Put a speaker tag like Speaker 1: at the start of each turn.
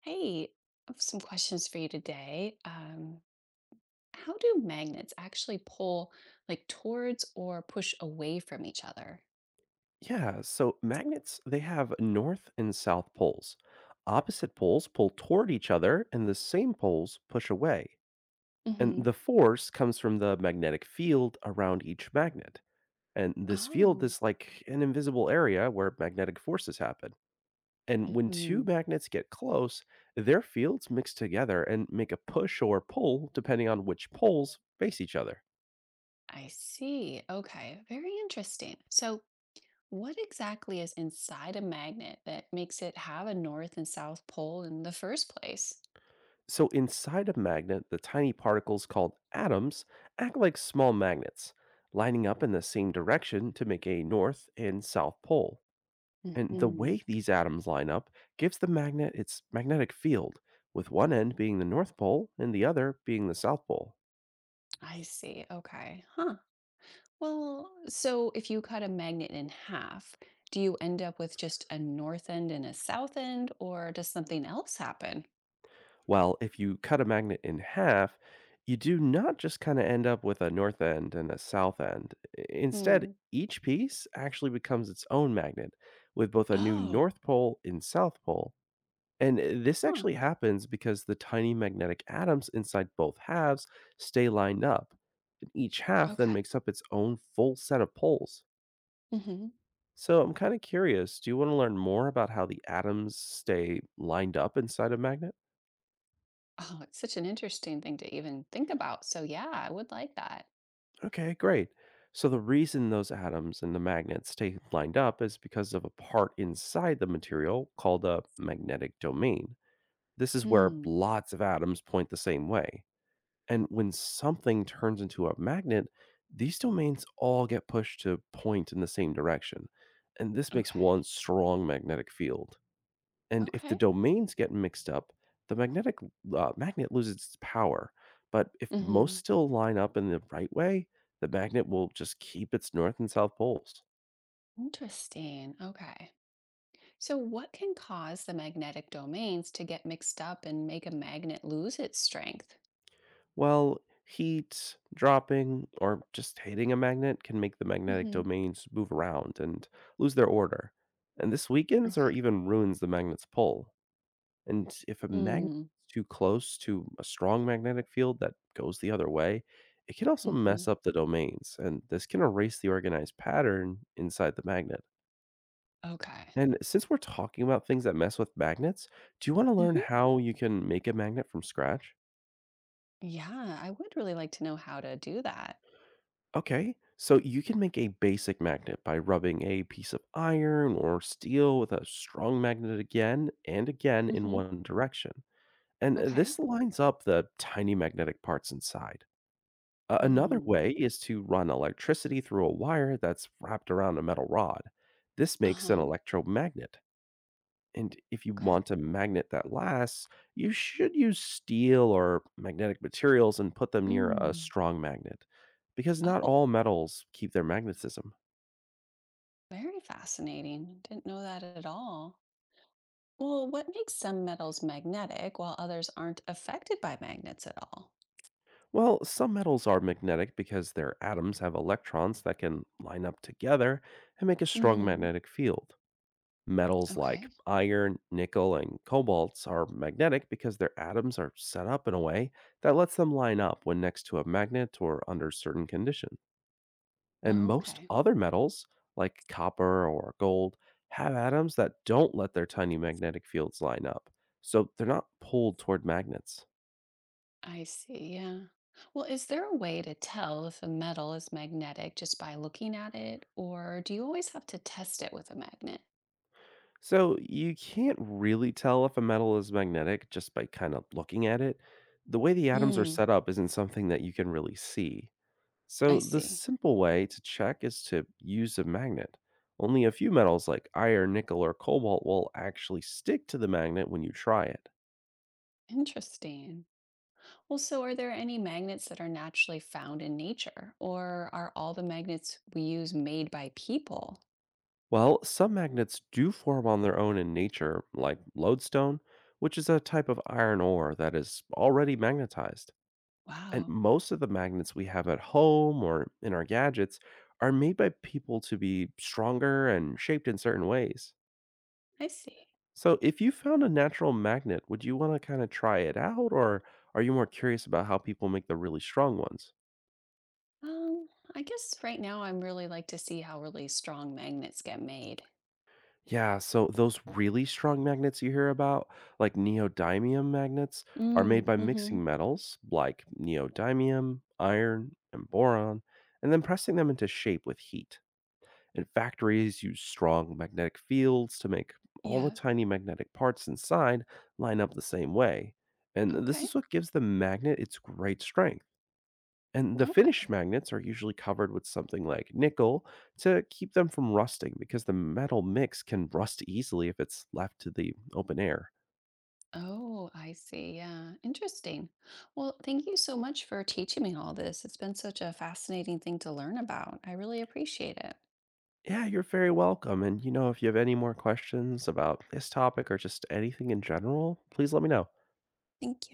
Speaker 1: Hey, I have some questions for you today. How do magnets actually pull, like, towards or push away from each other?
Speaker 2: Yeah, so magnets, they have north and south poles. Opposite poles pull toward each other, and the same poles push away. And
Speaker 1: Hmm.
Speaker 2: the force comes from the magnetic field around each magnet. And this field
Speaker 1: Oh,
Speaker 2: is like an invisible area where magnetic forces happen. And when two
Speaker 1: hmm.
Speaker 2: magnets get close, their fields mix together and make a push or pull depending on which poles face each other.
Speaker 1: I see. Okay, very interesting. What exactly is inside a magnet that makes it have a north and south pole in the first place?
Speaker 2: So, inside a magnet, the tiny particles called atoms act like small magnets, lining up in the same direction to make a north and south pole. And the
Speaker 1: Hmm.
Speaker 2: way these atoms line up gives the magnet its magnetic field, with one end being the north pole and the other being the south pole.
Speaker 1: I see. Okay, huh. Well, so if you cut a magnet in half, do you end up with just a north end and a south end, or does something else happen?
Speaker 2: Well, if you cut a magnet in half, you do not just kind of end up with a north end and a south end. Instead,
Speaker 1: Hmm.
Speaker 2: each piece actually becomes its own magnet, with both a new
Speaker 1: Oh,
Speaker 2: north pole and south pole. And this
Speaker 1: huh.
Speaker 2: actually happens because the tiny magnetic atoms inside both halves stay lined up, and each half then
Speaker 1: Okay.
Speaker 2: makes up its own full set of poles.
Speaker 1: Hmm.
Speaker 2: So I'm kind of curious, do you want to learn more about how the atoms stay lined up inside a magnet?
Speaker 1: Oh, it's such an interesting thing to even think about. So yeah, I would like that.
Speaker 2: Okay, great. So the reason those atoms and the magnet stay lined up is because of a part inside the material called a magnetic domain. This is where
Speaker 1: Hmm.
Speaker 2: lots of atoms point the same way. And when something turns into a magnet, these domains all get pushed to point in the same direction. And this makes
Speaker 1: Okay.
Speaker 2: one strong magnetic field. And if the
Speaker 1: Okay.
Speaker 2: domains get mixed up, the magnet loses its power. But if most
Speaker 1: Hmm.
Speaker 2: still line up in the right way, the magnet will just keep its north and south poles.
Speaker 1: Interesting. Okay. So what can cause the magnetic domains to get mixed up and make a magnet lose its strength?
Speaker 2: Well, heat, dropping, or just hitting a magnet can make the magnetic
Speaker 1: Hmm.
Speaker 2: domains move around and lose their order. And this weakens or
Speaker 1: Okay.
Speaker 2: even ruins the magnet's pull. And if a magnet
Speaker 1: Hmm.
Speaker 2: is too close to a strong magnetic field that goes the other way, it can also
Speaker 1: Hmm.
Speaker 2: mess up the domains. And this can erase the organized pattern inside the magnet.
Speaker 1: Okay.
Speaker 2: And since we're talking about things that mess with magnets, do you want to learn
Speaker 1: Hmm.
Speaker 2: how you can make a magnet from scratch?
Speaker 1: Yeah, I would really like to know how to do that.
Speaker 2: Okay, so you can make a basic magnet by rubbing a piece of iron or steel with a strong magnet again and again in
Speaker 1: Hmm.
Speaker 2: one direction. And
Speaker 1: Okay.
Speaker 2: this lines up the tiny magnetic parts inside. Another
Speaker 1: Mm.
Speaker 2: way is to run electricity through a wire that's wrapped around a metal rod. This makes an
Speaker 1: Uh-huh.
Speaker 2: electromagnet. And if you
Speaker 1: Okay.
Speaker 2: want a magnet that lasts, you should use steel or magnetic materials and put them near a
Speaker 1: Mm.
Speaker 2: strong magnet, because not
Speaker 1: Oh,
Speaker 2: all metals keep their magnetism.
Speaker 1: very fascinating. Didn't know that at all. Well, what makes some metals magnetic while others aren't affected by magnets at all?
Speaker 2: Well, some metals are magnetic because their atoms have electrons that can line up together and make a strong
Speaker 1: Hmm.
Speaker 2: magnetic field. Metals like
Speaker 1: Okay.
Speaker 2: iron, nickel, and cobalts are magnetic because their atoms are set up in a way that lets them line up when next to a magnet or under certain conditions. And most
Speaker 1: Okay.
Speaker 2: other metals, like copper or gold, have atoms that don't let their tiny magnetic fields line up, so they're not pulled toward magnets.
Speaker 1: I see. Yeah. Well, is there a way to tell if a metal is magnetic just by looking at it, or do you always have to test it with a magnet?
Speaker 2: So you can't really tell if a metal is magnetic just by kind of looking at it. The way the atoms are
Speaker 1: Hmm.
Speaker 2: set up isn't something that you can really see.
Speaker 1: I
Speaker 2: So the
Speaker 1: see.
Speaker 2: simple way to check is to use a magnet. Only a few metals like iron, nickel, or cobalt will actually stick to the magnet when you try it.
Speaker 1: Interesting. Well, so are there any magnets that are naturally found in nature, or are all the magnets we use made by people?
Speaker 2: Well, some magnets do form on their own in nature, like lodestone, which is a type of iron ore that is already magnetized. And
Speaker 1: Wow.
Speaker 2: most of the magnets we have at home or in our gadgets are made by people to be stronger and shaped in certain ways.
Speaker 1: I see.
Speaker 2: So, if you found a natural magnet, would you want to kind of try it out, or are you more curious about how people make the really strong ones?
Speaker 1: Um, I guess right now I'm really like to see how really strong magnets get made.
Speaker 2: Yeah, so those really strong magnets you hear about, like neodymium magnets, are made
Speaker 1: Mm,
Speaker 2: by
Speaker 1: mm-hmm.
Speaker 2: mixing metals like neodymium, iron, and boron, and then pressing them into shape with heat. And factories use strong magnetic fields to make all the
Speaker 1: Yeah.
Speaker 2: tiny magnetic parts inside line up the same way. And this
Speaker 1: Okay.
Speaker 2: is what gives the magnet its great strength. And the finished
Speaker 1: Okay.
Speaker 2: magnets are usually covered with something like nickel to keep them from rusting because the metal mix can rust easily if it's left to the open air.
Speaker 1: Oh, I see. Yeah. Interesting. Well, thank you so much for teaching me all this. It's been such a fascinating thing to learn about. I really appreciate it.
Speaker 2: Yeah, you're very welcome. And you know, if you have any more questions about this topic or just anything in general, please let me know.
Speaker 1: Thank you.